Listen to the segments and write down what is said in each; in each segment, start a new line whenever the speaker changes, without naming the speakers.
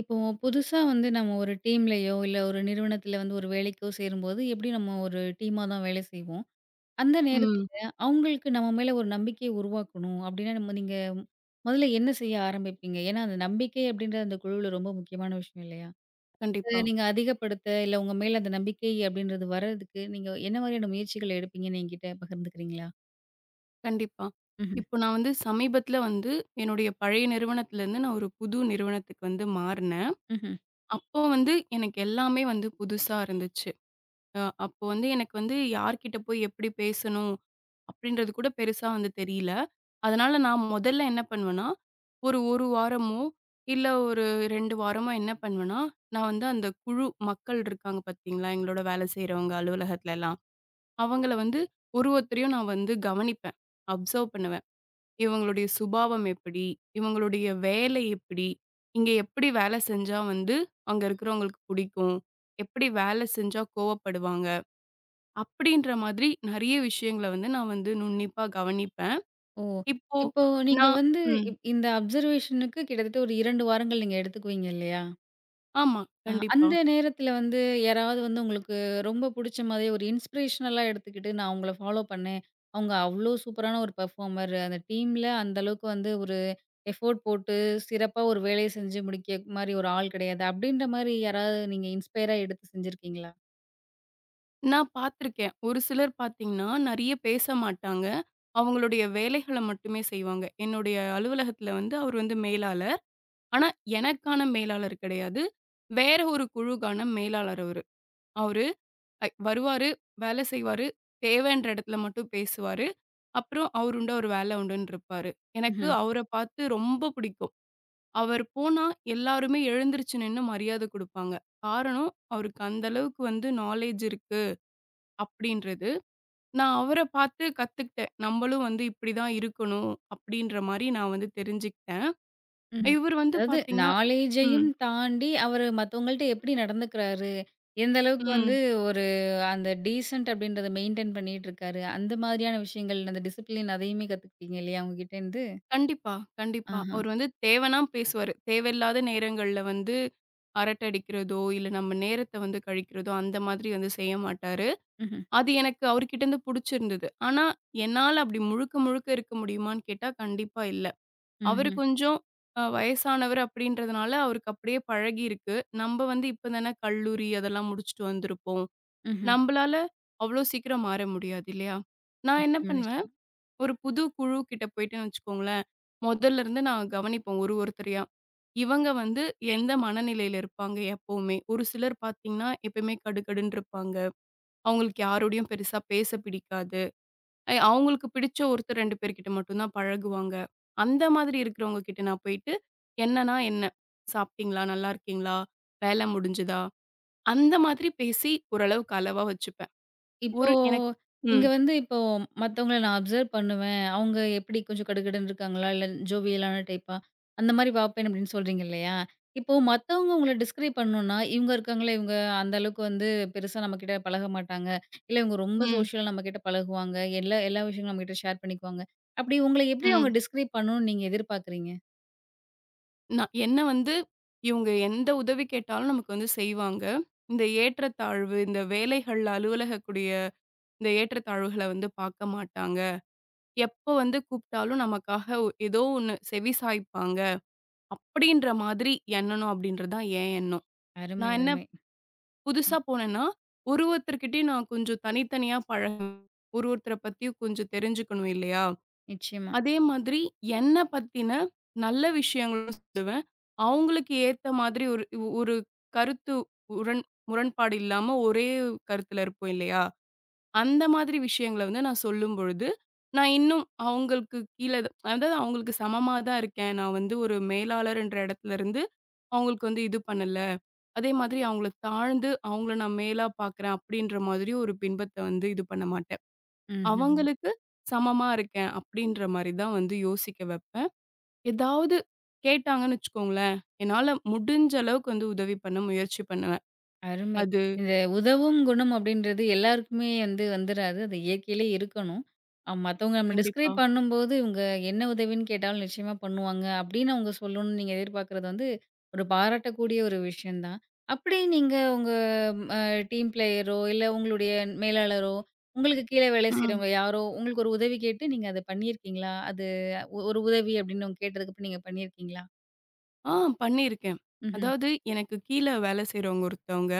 இப்போ புதுசா வந்து நம்ம ஒரு டீம்லயோ, இல்ல ஒரு நிறுவனத்தில வந்து ஒரு வேலைக்கோ சேரும்போது, எப்படி நம்ம ஒரு டீமா தான் வேலை செய்வோம். அந்த
ம்.
நேரத்தில அவங்களுக்கு நம்ம மேல ஒரு நம்பிக்கைய உருவாக்கணும் அப்படின்னா, நீங்க முதல்ல என்ன செய்ய ஆரம்பிப்பீங்க? ஏன்னா, அந்த நம்பிக்கை அப்படின்றது அந்த குழுவுல ரொம்ப முக்கியமான விஷயம் இல்லையா? அத
கண்டிப்பா,
நீங்க அதிகப்படுத்த, இல்ல உங்க மேல அந்த நம்பிக்கை அப்படின்றது வர்றதுக்கு, நீங்க என்ன மாதிரியான முயற்சிகள் எடுப்பீங்கன்னு என்கிட்ட பகிர்ந்துக்கிறீங்களா?
கண்டிப்பா.
ம்ஹ்ம்.
இப்போ நான் வந்து சமீபத்தில வந்து என்னுடைய பழைய நிறுவனத்திலேருந்து நான் ஒரு புது நிறுவனத்துக்கு வந்து மாறுனேன்.
ம்ஹ்ம்.
அப்போ வந்து எனக்கு எல்லாமே வந்து புதுசா இருந்துச்சு. அப்போ வந்து எனக்கு வந்து யார்கிட்ட போய் எப்படி பேசணும்? அப்படின்றது கூட பெருசா வந்து தெரியல. அதனால நான் முதல்ல என்ன பண்ணுவேன்னா, ஒரு 1 வாரமோ, இல்ல ஒரு 2 வாரமோ என்ன பண்ணுவேன்னா, நான் வந்து அந்த குழு மக்கள் இருக்காங்க பார்த்தீங்களா? எங்களோட வேலை செய்றவங்க அலுவலகத்துலலாம். அவங்கள வந்து ஒரு ஒருத்தரையும் நான் வந்து கவனிப்பேன். அப்சர்வ் பண்ணுவேன். இவங்களுடைய சுபாவம் எப்படி? இவங்களுடைய வேலை எப்படி? இங்க எப்படி வேலை செஞ்சா வந்து அங்க இருக்கிறவங்களுக்கு பிடிக்கும்? எப்படி வேலை செஞ்சா கோவப்படுவாங்க? அப்படின்ற மாதிரி நெறைய விஷயங்கள வந்து நான் வந்து நுண்ணிப்பா கவனிப்பேன்.
ஓ!
இப்போ
இப்போ நீங்க
நான்
வந்து
ம்.
இந்த அப்சர்வேஷனுக்கு கிட்டத்தட்ட ஒரு 2 வாரங்கள் நீங்க எடுத்துக்குவீங்க இல்லையா?
ஆமா. கண்டிப்பா.
அந்த நேரத்துல வந்து யாராவது வந்து உங்களுக்கு ரொம்ப புடிச்ச மாதிரி ஒரு இன்ஸ்பிரேஷனலா எடுத்துக்கிட்டு, நான் அவங்கள ஃபாலோ பண்ணேன். அவங்க அவ்ளோ சூப்பரான ஒரு பெர்ஃபார்மர். அந்த டீம்ல அந்த அளவுக்கு வந்து ஒரு எஃபோர்ட் போட்டு சிறப்பா ஒரு வேலைய செஞ்சு முடிக்க மாரி ஒரு ஆள் கிடையாது. அப்படின்ற மாரி யாராவது நீங்க இன்ஸ்பயரா எடுத்து செஞ்சிருக்கீங்களா?
நான் பார்த்துருக்கேன். ஒரு சிலர் பார்த்தீங்கன்னா, நெறைய பேச மாட்டாங்க. அவங்களுடைய வேலைகள மட்டுமே செய்வாங்க. என்னுடைய அலுவலகத்தில வந்து அவர் வந்து மேலாளர். ஆனா, எனக்கான மேலாளர் கிடையாது. வேற ஒரு குழுக்கான மேலாளர் அவரு. அவரு வருவாரு, வேலை செய்வாரு, தேவைன்ற இடத்துல மட்டும் பேசுவாரு. அப்புறம் அவருண்டு அவரு வேலை உண்டுன்னு இருப்பாரு. எனக்கு அவர பார்த்து ரொம்ப பிடிக்கும். அவர் போனா எல்லாருமே எழுந்திருச்சு நின்னு மரியாதை குடுப்பாங்க. காரணம், அவருக்கு அந்த அளவுக்கு வந்து நாலேட்ஜ் இருக்கு அப்படின்றது. நான் அவர பார்த்து கத்துக்கிட்டேன். நம்மளும் வந்து இப்படி தான் இருக்கணும் அப்படின்ற மாரி நான் வந்து தெரிஞ்சுக்கிட்டேன்.
ம்ஹ்ம்.
இவர் வந்து
அதாவது
பார்த்தீங்கன்னா ம்,
நாலேஜையும் தாண்டி அவரு மத்தவங்கள்ட்ட எப்படி நடந்துக்கிறாரு? எந்த அளவுக்கு வந்து
ம்.
ஒரு அந்த டீசென்ட் அப்படின்றத மெயின்டெயின் பண்ணிட்டுருக்காரு. அந்த மாதிரியான விஷயங்கள் அந்த டிசிப்ளின் அதையுமே கத்துக்கிட்டீங்க இல்லையா? அவங்க கிட்டேருந்து.
கண்டிப்பா, கண்டிப்பா.
ஆஹா.
அவரு வந்து தேவனா பேசுவாரு. தேவையில்லாத நேரங்கள்ல வந்து அரட்டை அடிக்கிறதோ, இல்ல நம்ம நேரத்த வந்து கழிக்கிறதோ, அந்த மாதிரி வந்து செய்ய மாட்டாரு.
ம்ஹ்ம்.
அது எனக்கு அவர்கிட்ட இருந்து புடிச்சிருந்தது. ஆனா, என்னால அப்படி முழுக்க முழுக்க இருக்க முடியுமான்னு கேட்டா, கண்டிப்பா இல்ல. அவரு
ம்ஹ்ம்.
கொஞ்சம் வயசானவர் அப்படின்றதுனால, அவருக்கு அப்படியே பழகியிருக்கு. நம்ப வந்து இப்ப தானே கல்லூரி அதெல்லாம் முடிச்சுட்டு வந்திருப்போம்.
ம்ஹ்ம்.
நம்பளால அவ்வளோ சீக்கிரம் மாற முடியாது இல்லையா? நான் என்ன
நிச்சயமா,
பண்ணுவேன்
நிச்சயமா.
ஒரு புது குழு கிட்ட போயிட்டேன்னு வச்சுக்கோங்களேன், மொதல்ல இருந்து நான் கவனிப்போம் ஒரு ஒருத்தரையா. இவங்க வந்து எந்த மனநிலையில இருப்பாங்க எப்பவுமே? ஒரு சிலர் பார்த்தீங்கன்னா, எப்பயுமே கடுகடுன்னு இருப்பாங்க. அவங்களுக்கு யாரோடையும் பெருசா பேச பிடிக்காது. அவங்களுக்கு பிடிச்ச ஒருத்தர் 2 பேர்கிட்ட மட்டும் தான் பழகுவாங்க. அந்த மாதிரி இருக்கிறவங்க கிட்ட நான் போயிட்டு, என்னன்னா என்ன? சாப்பிட்டீங்களா? நல்லா இருக்கீங்களா? வேலை முடிஞ்சுதா? அந்த மாதிரி பேசி ஓரளவுக்கு அளவா வச்சுப்பேன்.
இப்போ
ஒரு எனக்கு
நீங்க
ம்,
வந்து இப்போ மத்தவங்கள நான் அப்சர்வ் பண்ணுவேன். அவங்க எப்படி கொஞ்சம் கடுகடுன்னு இருக்காங்களா? இல்ல ஜோவியலான டைப்பா? அந்த மாரி பார்ப்பேன் அப்படின்னு சொல்றீங்க இல்லையா? இப்போ மத்தவங்க உங்கள டிஸ்கிரைப் பண்ணணும்னா, இவங்க இருக்காங்களே, இவங்க அந்த அளவுக்கு வந்து பெருசா நம்மகிட்ட பழக மாட்டாங்க. இல்ல இவங்க ரொம்ப
ம்,
சோஷியலா நம்மகிட்ட பழகுவாங்க. எல்லா எல்லா விஷயங்களும் நம்மகிட்ட ஷேர் பண்ணிக்குவாங்க. அப்படி உங்கள எப்படி அவங்க
ம்.
டிஸ்கிரைப் பண்ணணும்னு நீங்க எதிர்பார்க்குறீங்க?
நான் என்ன வந்து இவங்க எந்த உதவி கேட்டாலும் நமக்கு வந்து செய்வாங்க. இந்த ஏற்றத்தாழ்வு, இந்த வேலைகள்ல அலுவலகக்கூடிய இந்த ஏற்றத்தாழ்வுகள வந்து பார்க்க மாட்டாங்க. எப்ப வந்து கூப்பிட்டாலும் நமக்காக ஏதோ ஒண்ணு செவி சாய்ப்பாங்க. அப்படின்ற மாதிரி எண்ணணும் அப்படின்றது தான் என் எண்ணம்.
அருமை,
நான் என்ன
அருமை. அ
புதுசா போனேன்னா, ஒரு ஒருத்தர்கிட்டயும் நான் கொஞ்சம் தனித்தனியா பழகணும். ஒரு ஒருத்தர பத்தியும் கொஞ்சம் தெரிஞ்சுக்கணும் இல்லையா?
நிச்சயமா.
அதே மாதிரி என்ன பத்தின நல்ல விஷயங்களும் சொல்லுவேன். அவங்களுக்கு ஏத்த மாதிரி ஒரு ஒரு கருத்து உரண் முரண்பாடு இல்லாம ஒரே கருத்துல இருப்போம் இல்லையா? அந்த மாதிரி விஷயங்கள வந்து நான் சொல்லும்பொழுது, நான் இன்னும் அவங்களுக்கு கீழ அதாவது அவங்களுக்கு சமமா தான் இருக்கேன். நான் வந்து ஒரு மேலாளர்ன்ற இடத்துல இருந்து அவங்களுக்கு வந்து இது பண்ணல. அதே மாதிரி அவங்கள தாழ்ந்து அவங்கள நான் மேலா பார்க்குறேன் அப்படின்ற மாதிரி ஒரு பின்பத்த வந்து இது பண்ண மாட்டேன்.
ம்ஹ்ம்.
அவங்களுக்கு சமமா இருக்கேன் அப்படின்ற மாரி தான் வந்து யோசிக்க வைப்பேன். ஏதாவது கேட்டாங்கன்னு வச்சுக்கோங்களேன், என்னால முடிஞ்ச அளவுக்கு வந்து உதவி பண்ண முயற்சி பண்ணுவேன்.
அருமை.
அது
இந்த உதவும் குணம் அப்படின்றது எல்லாருக்குமே வந்து வந்துராது. அது இயற்கையிலே இருக்கணும். மத்தவங்க நம்ம
கண்டிப்பா.
டிஸ்கிரைப் பண்ணும்போது, இவங்க என்ன உதவின்னு கேட்டாலும் நிச்சயமா பண்ணுவாங்க. அப்படின்னு அவங்க சொல்லணும்னு நீங்க எதிர்பார்க்கிறது வந்து, ஒரு பாராட்டக்கூடிய ஒரு விஷயம் தான். அப்படி நீங்க உங்க அ டீம் பிளேயரோ, இல்ல உங்களுடைய மேலாளரோ, உங்களுக்கு கீழ வேலை
ம்.
செய்றவங்க யாரோ, உங்களுக்கு ஒரு உதவி கேட்டு நீங்க அத பண்ணியிருக்கீங்களா? அது ஒரு உதவி அப்படின்னு அவங்க கேட்டதுக்கு அப்புறம் நீங்க பண்ணியிருக்கீங்களா?
ஆ பண்ணியிருக்கேன்.
ம்ஹ்ம்.
அதாவது எனக்கு கீழ வேலை செய்றவங்க ஒருத்தவங்க,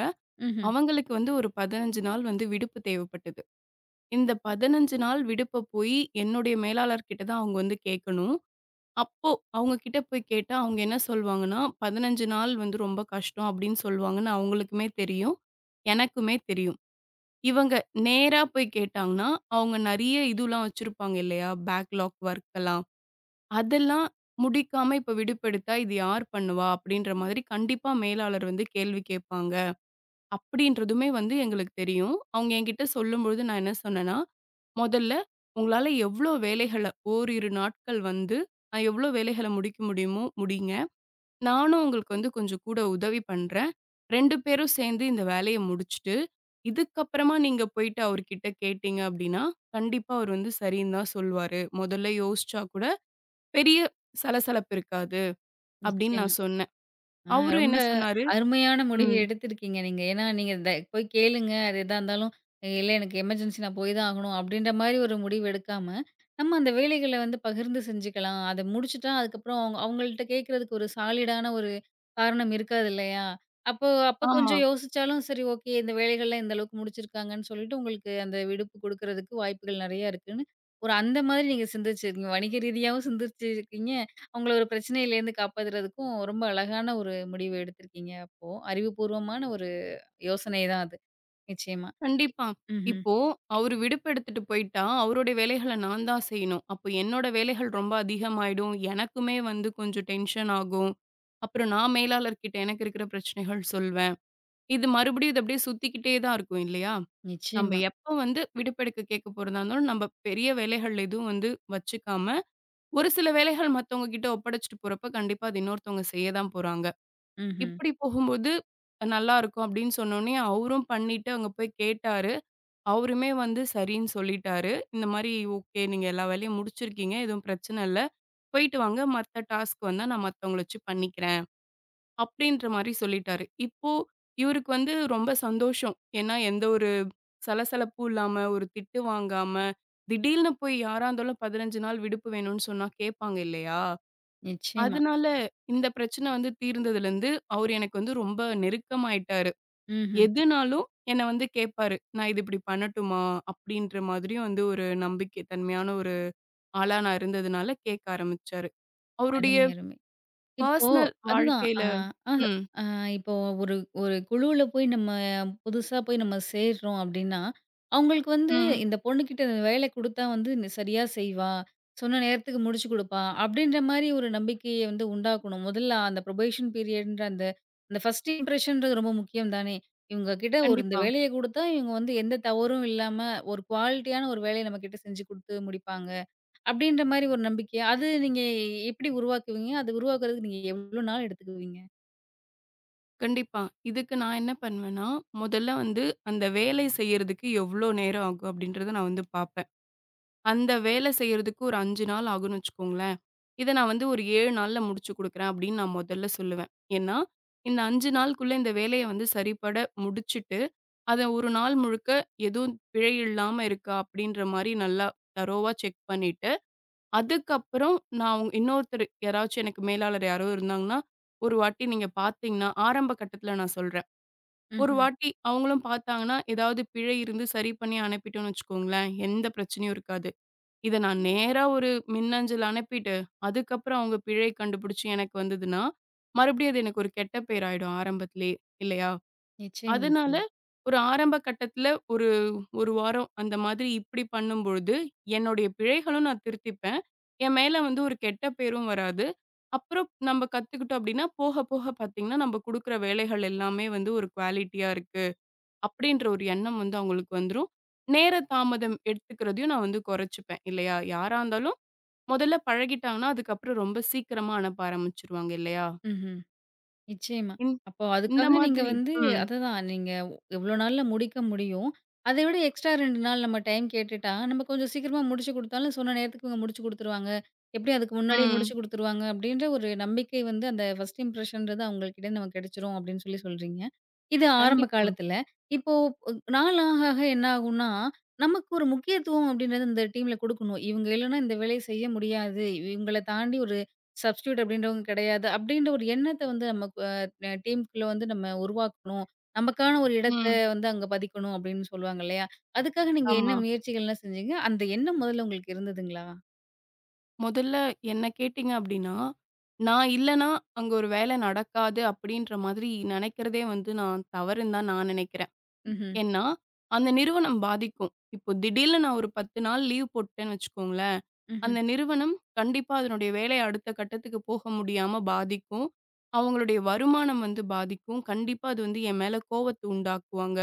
ம்ஹ்ம்.
அவங்களுக்கு வந்து ஒரு 15 நாள் வந்து விடுப்பு தேவைப்பட்டது. இந்த 15 நாள் விடுப்ப போய் என்னுடைய மேலாளர் கிட்ட தான் அவங்க வந்து கேட்கணும். அப்போ அவங்க கிட்ட போய் கேட்டா, அவங்க என்ன சொல்வாங்கன்னா, "15 நாள் வந்து ரொம்ப கஷ்டம்" அப்படின்னு சொல்வாங்கன்னு அவங்களுக்குமே தெரியும், எனக்குமே தெரியும். இவங்க நேரா போய் கேட்டாங்கன்னா, அவங்க நெறைய இதுலாம் வச்சிருப்பாங்க இல்லையா? பேக்லாக் ஒர்க்லாம். அதெல்லாம் முடிக்காம இப்ப விடுப்பெடுத்தா, இது யார் பண்ணுவா? அப்படின்ற மாதிரி கண்டிப்பா மேலாளர் வந்து கேள்வி கேட்பாங்க. அப்படின்றதுமே வந்து எங்களுக்கு தெரியும். அவங்க என்கிட்ட சொல்லும்பொழுது நான் என்ன சொன்னேன்னா, "முதல்ல உங்களால எவ்ளோ வேலைகள ஓரிரு நாட்கள் வந்து எவ்ளோ வேலைகள முடிக்க முடியுமோ முடிங்க. நானும் உங்களுக்கு வந்து கொஞ்சம் கூட உதவி பண்றேன். 2 பேரும் சேர்ந்து இந்த வேலைய முடிச்சுட்டு" இதுக்கப்புறமா நீங்க போயிட்டு அவர்கிட்ட கேட்டீங்க அப்டின்னா, கண்டிப்பா அவர் வந்து சரின்னு தான் சொல்வாரு. முதல்ல யோசிச்சா கூட பெரிய சலசலப்பு இருக்காது அப்டின்னு
நிச்சயமா.
நான் சொன்னேன். அவரும்
ரொம்ப
என்ன சொன்னாரு
அருமையான முடிவு
ம்.
எடுத்திருக்கீங்க நீங்க. ஏன்னா, நீங்க த போய் கேளுங்க. அது எதா இருந்தாலும், இல்ல எனக்கு எமர்ஜென்சி நான் போய் தான் ஆகணும் அப்டின்ற மாரி ஒரு முடிவு எடுக்காம, நம்ம அந்த வேலைகள வந்து பகிர்ந்து செஞ்சுக்கலாம். அத முடிச்சுட்டா அதுக்கப்புறம் அவங்க அவங்கள்ட்ட கேட்கறதுக்கு ஒரு சாலிடான ஒரு காரணம் இருக்காது இல்லையா? அப்போ அப்போ
ஆமா.
கொஞ்சம் யோசிச்சாலும் சரி ஓகே இந்த வேலைகள்லாம் இந்த அளவுக்கு முடிச்சிருக்காங்கன்னு சொல்லிட்டு உங்களுக்கு அந்த விடுப்பு குடுக்குறதுக்கு வாய்ப்புகள் நெறைய இருக்குன்னு, ஒரு அந்த மாதிரி நீங்க சிந்திச்சிருக்கீங்க. வணிக ரீதியாவும் சிந்திச்சிருக்கீங்க. அவங்கள ஒரு பிரச்சனையிலேருந்து காப்பாத்துறதுக்கும் ரொம்ப அழகான ஒரு முடிவு எடுத்திருக்கீங்க அப்போ. அறிவுபூர்வமான ஒரு யோசனை தான் அது. நிச்சயமா.
கண்டிப்பா.
ம்ஹ்ம்.
இப்போ அவரு விடுப்பு எடுத்துட்டு போயிட்டா, அவருடைய வேலைகள நான் தான் செய்யணும். அப்போ என்னோட வேலைகள் ரொம்ப அதிகமாயிடும். எனக்குமே வந்து கொஞ்சம் டென்ஷன் ஆகும். அப்புறம் நான் மேலாளர்கிட்ட எனக்கு இருக்கிற பிரச்சனைகள் சொல்வேன். இது மறுபடியும் இது அப்டியே சுத்திக்கிட்டே தான் இருக்கும் இல்லையா? நம்ம
நிச்சயமா.
எப்போ வந்து விடுப்பெடுக்க கேட்க போறதா இருந்தாலும், நம்ம பெரிய வேலைகள் எதுவும் வந்து வச்சுக்காம, ஒரு சில வேலைகள் மத்தவங்க கிட்ட ஒப்படைச்சுட்டு போறப்ப, கண்டிப்பா அது இன்னொருத்தவங்க செய்ய தான் போறாங்க.
ம்ஹ்ம்.
இப்படி போகும்போது நல்லாருக்கும் அப்படின்னு சொன்னோனே, அவரும் பண்ணிட்டு அங்க போய் கேட்டாரு. அவருமே வந்து சரின்னு சொல்லிட்டாரு. இந்த மாரி ஓகே நீங்க எல்லா வேலையும் முடிச்சிருக்கீங்க. எதுவும் பிரச்சனை இல்ல. போயிட்டு வாங்க. மத்த டாஸ்க் வந்தா நான் மத்தவங்கள வச்சு பண்ணிக்கிறேன். அப்படின்ற மாரி சொல்லிட்டாரு. இப்போ இவருக்கு வந்து ரொம்ப சந்தோஷம். ஏன்னா எந்த ஒரு சலசலப்பு இல்லாம, ஒரு திட்டு வாங்காம, திடீர்னு போய் யாரா இருந்தாலும் 15 நாள் விடுப்பு வேணும்னு சொன்னா கேட்பாங்க இல்லையா?
நிச்சயமா.
அதனால இந்த பிரச்சனை வந்து தீர்ந்ததுலருந்து, அவரு எனக்கு வந்து ரொம்ப நெருக்கமாயிட்டாரு.
ம்ஹ்ம்.
எதுனாலும் என்ன வந்து கேட்பாரு. "நான் இது இப்படி பண்ணட்டுமா?" அப்படின்ற மாதிரியும் வந்து ஒரு நம்பிக்கை தன்மையான ஒரு ஆளா நான் இருந்ததுனால கேட்க ஆரம்பிச்சாரு. அவருடைய
அருமை, அருமை. இப்போ
பர்சனல்
அதுதான்.
வாழ்க்கையில
அ அ
ம்,
அ இப்போ ஒரு ஒரு குழுவுல போய் நம்ம புதுசா போய் நம்ம சேர்றோம் அப்டின்னா, அவங்களுக்கு வந்து
ம்.
இந்த பொண்ணுகிட்ட வேலை குடுத்தா வந்து நீ சரியா செய்வா, சொன்ன நேரத்துக்கு முடிச்சு குடுப்பா, அப்டின்ற மாரி ஒரு நம்பிக்கைய வந்து உண்டாக்கணும். முதல்ல அந்த புரொபேஷன் பீரியட்ன்ற அந்த அந்த ஃபர்ஸ்ட் இம்ப்ரஷன்றது ரொம்ப முக்கியம் தானே! இவங்க கிட்ட ஒரு இந்த
கண்டிப்பா.
வேலைய குடுத்தா, இவங்க வந்து எந்த தவறும் இல்லாம ஒரு குவாலிட்டியான ஒரு வேலைய நம்மகிட்ட செஞ்சு குடுத்து முடிப்பாங்க. அப்படின்ற மாரி ஒரு நம்பிக்கை. அது நீங்க எப்படி உருவாக்குவீங்க? அது உருவாக்குறதுக்கு நீங்க எவ்வளோ நாள் எடுத்துக்குவீங்க?
கண்டிப்பா. இதுக்கு நான் என்ன பண்ணுவேன்னா, முதல்ல வந்து அந்த வேலை செய்யறதுக்கு எவ்ளோ நேரம் ஆகும் அப்படின்றத நான் வந்து பார்ப்பேன். அந்த வேலை செய்யறதுக்கு ஒரு 5 நாள் ஆகும்னு வச்சுக்கோங்களேன். இத நான் வந்து ஒரு 7 நாள்ல முடிச்சு குடுக்குறேன் அப்படின்னு நான் முதல்ல சொல்லுவேன். ஏன்னா, இந்த 5 நாளுக்குள்ள இந்த வேலைய வந்து சரிபட முடிச்சுட்டு, அத ஒரு நாள் முழுக்க எதுவும் பிழை இல்லாம இருக்கா அப்படின்ற மாரி நல்லா தரோவா செக் பண்ணிட்டு, அதுக்கப்புறம் நான் இன்னொருத்தர் யாராச்சும் எனக்கு மேலாளர் யாரோ இருந்தாங்கன்னா, ஒரு வாட்டி நீங்க பார்த்தீங்கன்னா ஆரம்ப கட்டத்தில நான் சொல்றேன். ஒரு
ம்ஹ்ம்.
வாட்டி அவங்களும் பார்த்தாங்கன்னா, ஏதாவது பிழை இருந்து சரி பண்ணி அனுப்பிட்டோம்னு வச்சுக்கோங்களேன், எந்த பிரச்சனையும் இருக்காது. இத நான் நேரா ஒரு மின்னஞ்சல் அனுப்பிட்டு, அதுக்கப்புறம் அவங்க பிழை கண்டுபிடிச்சு எனக்கு வந்ததுன்னா, மறுபடியும் அது எனக்கு ஒரு கெட்ட பேர் ஆயிடும் ஆரம்பத்திலேயே, இல்லையா?
நிச்சயமா,
அதனால
நிச்சயமா.
ஒரு ஆரம்ப கட்டத்தில ஒரு 1 வாரம் அந்த மாதிரி இப்படி பண்ணும்பொழுது, என்னுடைய பிழைகளும் நான் திருத்திப்பேன். என் மேல வந்து ஒரு கெட்ட பேரும் வராது. அப்புறம் நம்ம கத்துக்கிட்டோம் அப்படின்னா, போக போக பார்த்தீங்கன்னா, நம்ம குடுக்குற வேலைகள் எல்லாமே வந்து ஒரு குவாலிட்டியா இருக்கு. அப்படின்ற ஒரு எண்ணம் வந்து அவங்களுக்கு வந்துரும். நேர தாமதம் எடுத்துக்கிறதையும் நான் வந்து குறைச்சுப்பேன் இல்லையா? யாரா இருந்தாலும் முதல்ல பழகிட்டாங்கன்னா, அதுக்கப்புறம் ரொம்ப சீக்கிரமா அனுப்ப ஆரம்பிச்சுருவாங்க இல்லையா?
ம்ஹ்ம். நிச்சயமா.
இந்
அப்போ
இந்த
அதுக்காக நீங்க
மாதிரி
வந்து
ம்,
அதுதான் நீங்க எவ்வளோ நாள்ல முடிக்க முடியும். அதை விட எக்ஸ்ட்ரா 2 நாள் நம்ம டைம் கேட்டுட்டா, நம்ம கொஞ்சம் சீக்கிரமா முடிச்சு குடுத்தாலும் சொன்ன நேரத்துக்கு இவங்க முடிச்சு குடுத்துருவாங்க. எப்படியும் அதுக்கு முன்னாடியே
ம்.
முடிச்சு குடுத்துருவாங்க அப்படின்ற ஒரு நம்பிக்கை வந்து அந்த ஃபர்ஸ்ட் இம்ப்ரஷன்றது அவங்ககிட்ட நமக்கு கிடைச்சிரும் அப்படின்னு சொல்லி சொல்றீங்க. இது ஆரம்ப
கண்டிப்பா.
காலத்துல. இப்போ நாள் ஆக ஆக என்ன ஆகும்னா, நமக்கு ஒரு முக்கியத்துவம் அப்படின்றது இந்த டீம்ல குடுக்கணும். இவங்க இல்லன்னா இந்த வேலைய செய்ய முடியாது. இவங்கள தாண்டி ஒரு சப்ஸ்டிட்யூட் அப்படின்றவங்க கிடையாது. அப்படின்ற ஒரு எண்ணத்த வந்து நம்ம டீமுக்குள்ள வந்து நம்ம உருவாக்கணும். நமக்கான ஒரு இடத்த
ம்.
வந்து அங்க பதிக்கணும் அப்படின்னு சொல்லுவாங்க இல்லையா? அதுக்காக நீங்க என்ன
ஆமா.
முயற்சிகள்லாம் செஞ்சீங்க? அந்த எண்ணம் முதல்ல உங்களுக்கு இருந்ததுங்களா?
முதல்ல என்ன கேட்டீங்க அப்படின்னா, நான் இல்லன்னா அங்க ஒரு வேலை நடக்காது அப்படின்ற மாதிரி நினைக்கிறதே வந்து நான் தவறுன்னு தான் நான் நினைக்கிறேன்.
ம்ஹ்ம்.
ஏன்னா, அந்த நிறுவனம் பாதிக்கும். இப்போ திடீல்னு நான் ஒரு 10 நாள் லீவ் போட்டேன்னு வச்சுக்கோங்களேன்,
ம்ஹ்ம்.
அந்த நிறுவனம் கண்டிப்பா அதனுடைய வேலைய அடுத்த கட்டத்துக்கு போக முடியாம பாதிக்கும். அவங்களுடைய வருமானம் வந்து பாதிக்கும். கண்டிப்பா அது வந்து என் மேல கோவத்த உண்டாக்குவாங்க.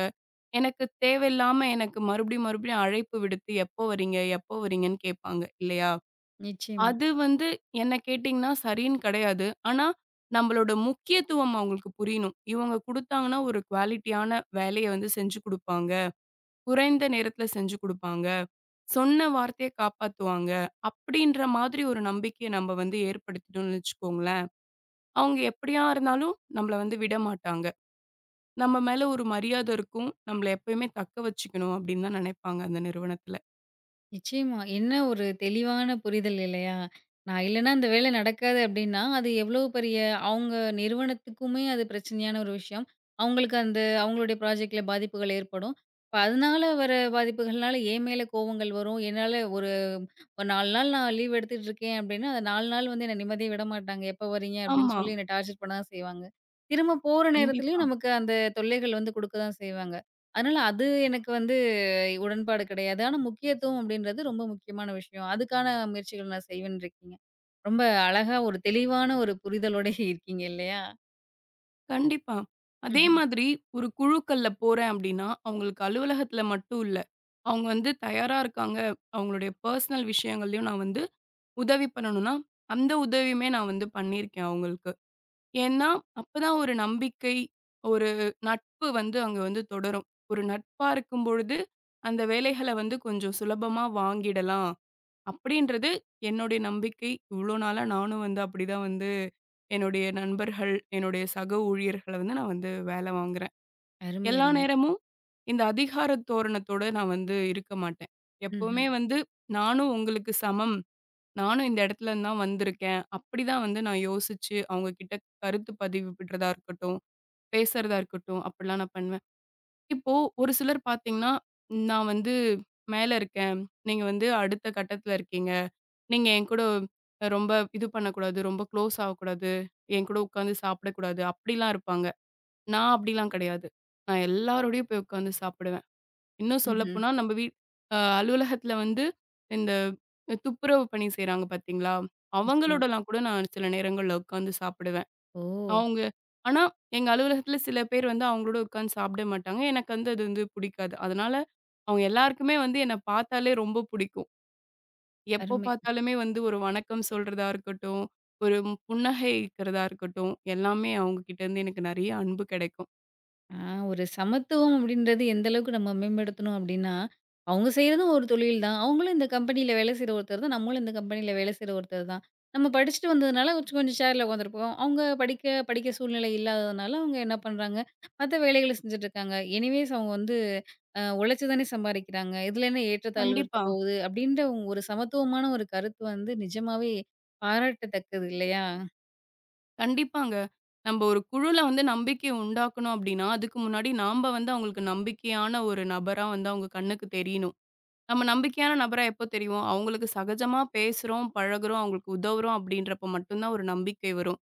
எனக்கு தேவையில்லாம எனக்கு மறுபடியும் மறுபடியும் அழைப்பு விடுத்து, "எப்போ வரீங்க? எப்போ வரீங்கன்னு?" கேட்பாங்க இல்லையா?
நிச்சயமா,
அது வந்து என்ன கேட்டீங்கன்னா சரின்னு கிடையாது. ஆனா, நம்மளோட முக்கியத்துவம் அவங்களுக்கு புரியணும். இவங்க குடுத்தாங்கன்னா ஒரு குவாலிட்டியான வேலைய வந்து செஞ்சு குடுப்பாங்க. குறைந்த நேரத்துல செஞ்சு குடுப்பாங்க. சொன்ன வார்த்தைய காப்பாத்துவாங்க. அப்படின்ற மாதிரி ஒரு நம்பிக்கைய நம்ம வந்து ஏற்படுத்திட்டோம்னு வச்சுக்கோங்களேன், அவங்க எப்படியா இருந்தாலும் நம்மள வந்து விடமாட்டாங்க. நம்ம மேல ஒரு மரியாத இருக்கும். நம்மள எப்பயுமே தக்க வச்சுக்கணும் அப்படின்னு தான் நினைப்பாங்க அந்த நிறுவனத்துல.
நிச்சயமா. என்ன ஒரு தெளிவான புரிதல் இல்லையா? நான் இல்லன்னா அந்த வேலை நடக்காது அப்படின்னா, அது எவ்வளவு பெரிய அவங்க நிறுவனத்துக்குமே அது பிரச்சனையான ஒரு விஷயம். அவங்களுக்கு அந்த அவங்களுடைய ப்ராஜெக்ட்ல பாதிப்புகள் ஏற்படும். இப்ப அதனால வர பாதிப்புகள்னால என் மேல கோவங்கள் வரும். என்னால ஒரு ஒரு 4 நாள் நான் லீவ் எடுத்துட்டு இருக்கேன் அப்படின்னா, அந்த 4 நாள் வந்து என்ன நிம்மதியா விடமாட்டாங்க. எப்ப வரீங்க அப்படின்னு
ஆமா.
சொல்லி என்ன டார்ச்சர் பண்ண தான் செய்வாங்க. திரும்ப போற
கண்டிப்பா,
நேரத்துலயும் நமக்கு அந்த தொல்லைகள் வந்து குடுக்க தான் செய்வாங்க. அதனால அது எனக்கு வந்து உடன்பாடு கிடையாது. ஆனா முக்கியத்துவம் அப்படின்றது ரொம்ப முக்கியமான விஷயம். அதுக்கான முயற்சிகள் நான் செய்வேன்னு இருக்கீங்க. ரொம்ப அழகா ஒரு தெளிவான ஒரு புரிதலோட இருக்கீங்க இல்லையா?
கண்டிப்பா. அதே
ம்ஹ்ம்.
மாதிரி ஒரு குழுக்கள்ல போறேன் அப்படின்னா, அவங்களுக்கு அலுவலகத்துல மட்டும் இல்ல. அவங்க வந்து தயாரா இருக்காங்க. அவங்களுடைய பெர்சனல் விஷயங்கள்லயும் நான் வந்து உதவி பண்ணணும்னா, அந்த உதவியுமே நான் வந்து பண்ணியிருக்கேன் அவங்களுக்கு. ஏன்னா, அப்பதான் ஒரு நம்பிக்கை, ஒரு நட்பு வந்து அங்க வந்து தொடரும். ஒரு நட்பா இருக்கும்பொழுது, அந்த வேலைகள வந்து கொஞ்சம் சுலபமா வாங்கிடலாம். அப்படின்றது என்னுடைய நம்பிக்கை. இவ்ளோ நாளா நானும் வந்து அப்படிதான் வந்து என்னுடைய நண்பர்கள், என்னுடைய சக ஊழியர்கள வந்து நான் வந்து வேல வாங்குறேன்.
அருமை,
எல்லா
அருமை.
நேரமும் இந்த அதிகார தோரணத்தோட நான் வந்து இருக்க மாட்டேன்.
ம்ஹ்ம்,
எப்பவுமே வந்து நானும் உங்களுக்கு சமம். நானும் இந்த இடத்துல இருந்து தான் வந்திருக்கேன். அப்படிதான் வந்து நான் யோசிச்சு, அவங்க கிட்ட கருத்து பதிவிடுறதா இருக்கட்டும், பேசுறதா இருக்கட்டும், அப்படிலாம் நான் பண்ணுவேன். இப்போ ஒரு சிலர் பார்த்தீங்கன்னா, நான் வந்து மேல இருக்கேன். நீங்க வந்து அடுத்த கட்டத்துல இருக்கீங்க. நீங்க என்கூட ரொம்ப இது பண்ணக்கூடாது, ரொம்ப குளோஸ் ஆகக்கூடாது, என்கூட உட்காந்து சாப்பிடக்கூடாது அப்படிலாம் இருப்பாங்க. நான் அப்படிலாம் கிடையாது. நான் எல்லாரோடையும் போய் உட்காந்து சாப்பிடுவேன். இன்னும்
ம்ஹ்ம்.
சொல்லப்போனா நம்ம வீ அ அலுவலகத்தில வந்து இந்த துப்புரவு பணி செய்றாங்க பார்த்தீங்களா?
நிச்சயமா.
அவங்களோடலாம் கூட நான் சில நேரங்கள்ல உட்காந்து சாப்பிடுவேன்.
ஓ!
அவங்க ஆனா எங்க அலுவலகத்தில சில பேர் வந்து அவங்களோட உட்காந்து சாப்பிட மாட்டாங்க. எனக்கு வந்து அது வந்து பிடிக்காது. அதனால அவங்க எல்லாருக்குமே வந்து என்ன பார்த்தாலே ரொம்ப பிடிக்கும். எப்போ
அருமை.
பார்த்தாலுமே வந்து ஒரு வணக்கம் சொல்றதா இருக்கட்டும், ஒரு புன்னகைக்கிறதா இருக்கட்டும், எல்லாமே அவங்க கிட்ட இருந்து எனக்கு நெறைய அன்பு கிடைக்கும்.
ஆ ஒரு சமத்துவம் அப்படின்றது எந்த அளவுக்கு நம்ம மேம்படுத்தணும் அப்படின்னா, அவங்க செய்றதும் ஒரு தொழில் தான். அவங்களும் இந்த கம்பெனியில வேலை செய்ற ஒருத்தர் தான். நம்மளும் இந்த கம்பெனியில வேலை செய்ற ஒருத்தர் தான். நம்ம படிச்சுட்டு வந்ததுனால கொஞ்சம் கொஞ்சம் சேர்ல உட்காந்துருப்போம். அவங்க படிக்க படிக்க சூழ்நிலை இல்லாததுனால அவங்க என்ன பண்றாங்க, மத்த வேலைகள செஞ்சுட்டுருக்காங்க. எனிவேஸ் அவங்க வந்து உழைச்சு தானே சம்பாரிக்கிறாங்க. இதுல என்ன ஏற்றத்தாழ்வு இருக்க
கண்டிப்பா.
போகுது அப்படின்ற ஒரு சமத்துவமான ஒரு கருத்து வந்து நிஜமாவே பாராட்டத்தக்கது இல்லையா?
கண்டிப்பாங்க. நம்ப ஒரு குழுல வந்து நம்பிக்கைய உண்டாக்கணும் அப்டின்னா, அதுக்கு முன்னாடி நாம்ப வந்து அவங்களுக்கு நம்பிக்கையான ஒரு நபரா வந்து அவங்க கண்ணுக்கு தெரியணும். நம்ம நம்பிக்கையான நபரா எப்போ தெரிவோம்? அவங்களுக்கு சகஜமா பேசுறோம், பழகுறோம், அவங்களுக்கு உதவுறோம் அப்டின்றப்ப மட்டும் தான் ஒரு நம்பிக்கை வரும்.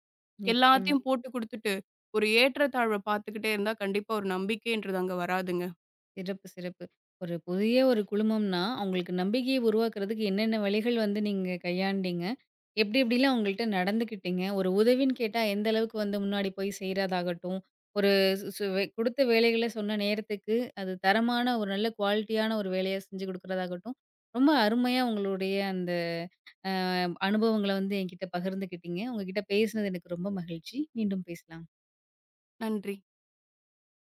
நிச்சயமா.
எல்லாத்தையும் போட்டு குடுத்துட்டு, ஒரு ஏற்றத்தாழ்வ பார்த்துக்கிட்டே இருந்தா கண்டிப்பா ஒரு நம்பிக்கைன்றது அங்க வராதுங்க.
சிறப்பு, சிறப்பு. ஒரு புதிய ஒரு குழுமம்னா, அவங்களுக்கு நம்பிக்கைய உருவாக்குறதுக்கு என்னென்ன வழிகள் வந்து நீங்க கையாண்டீங்க? எப்டி எப்டிலாம் அவங்கள்ட்ட நடந்துக்கிட்டீங்க? ஒரு உதவின்னு கேட்டா எந்த அளவுக்கு வந்து முன்னாடி போய் செய்றதாகட்டும், ஒரு சு சு வே குடுத்த வேலைகள சொன்ன நேரத்துக்கு அது தரமான ஒரு நல்ல குவாலிட்டியான ஒரு வேலையா செஞ்சு குடுக்குறதாகட்டும், ரொம்ப அருமையா உங்களுடைய அந்த அ அனுபவங்கள வந்து என்கிட்ட பகிர்ந்துக்கிட்டீங்க. உங்ககிட்ட பேசினது எனக்கு ரொம்ப மகிழ்ச்சி. மீண்டும் பேசலாம்.
நன்றி.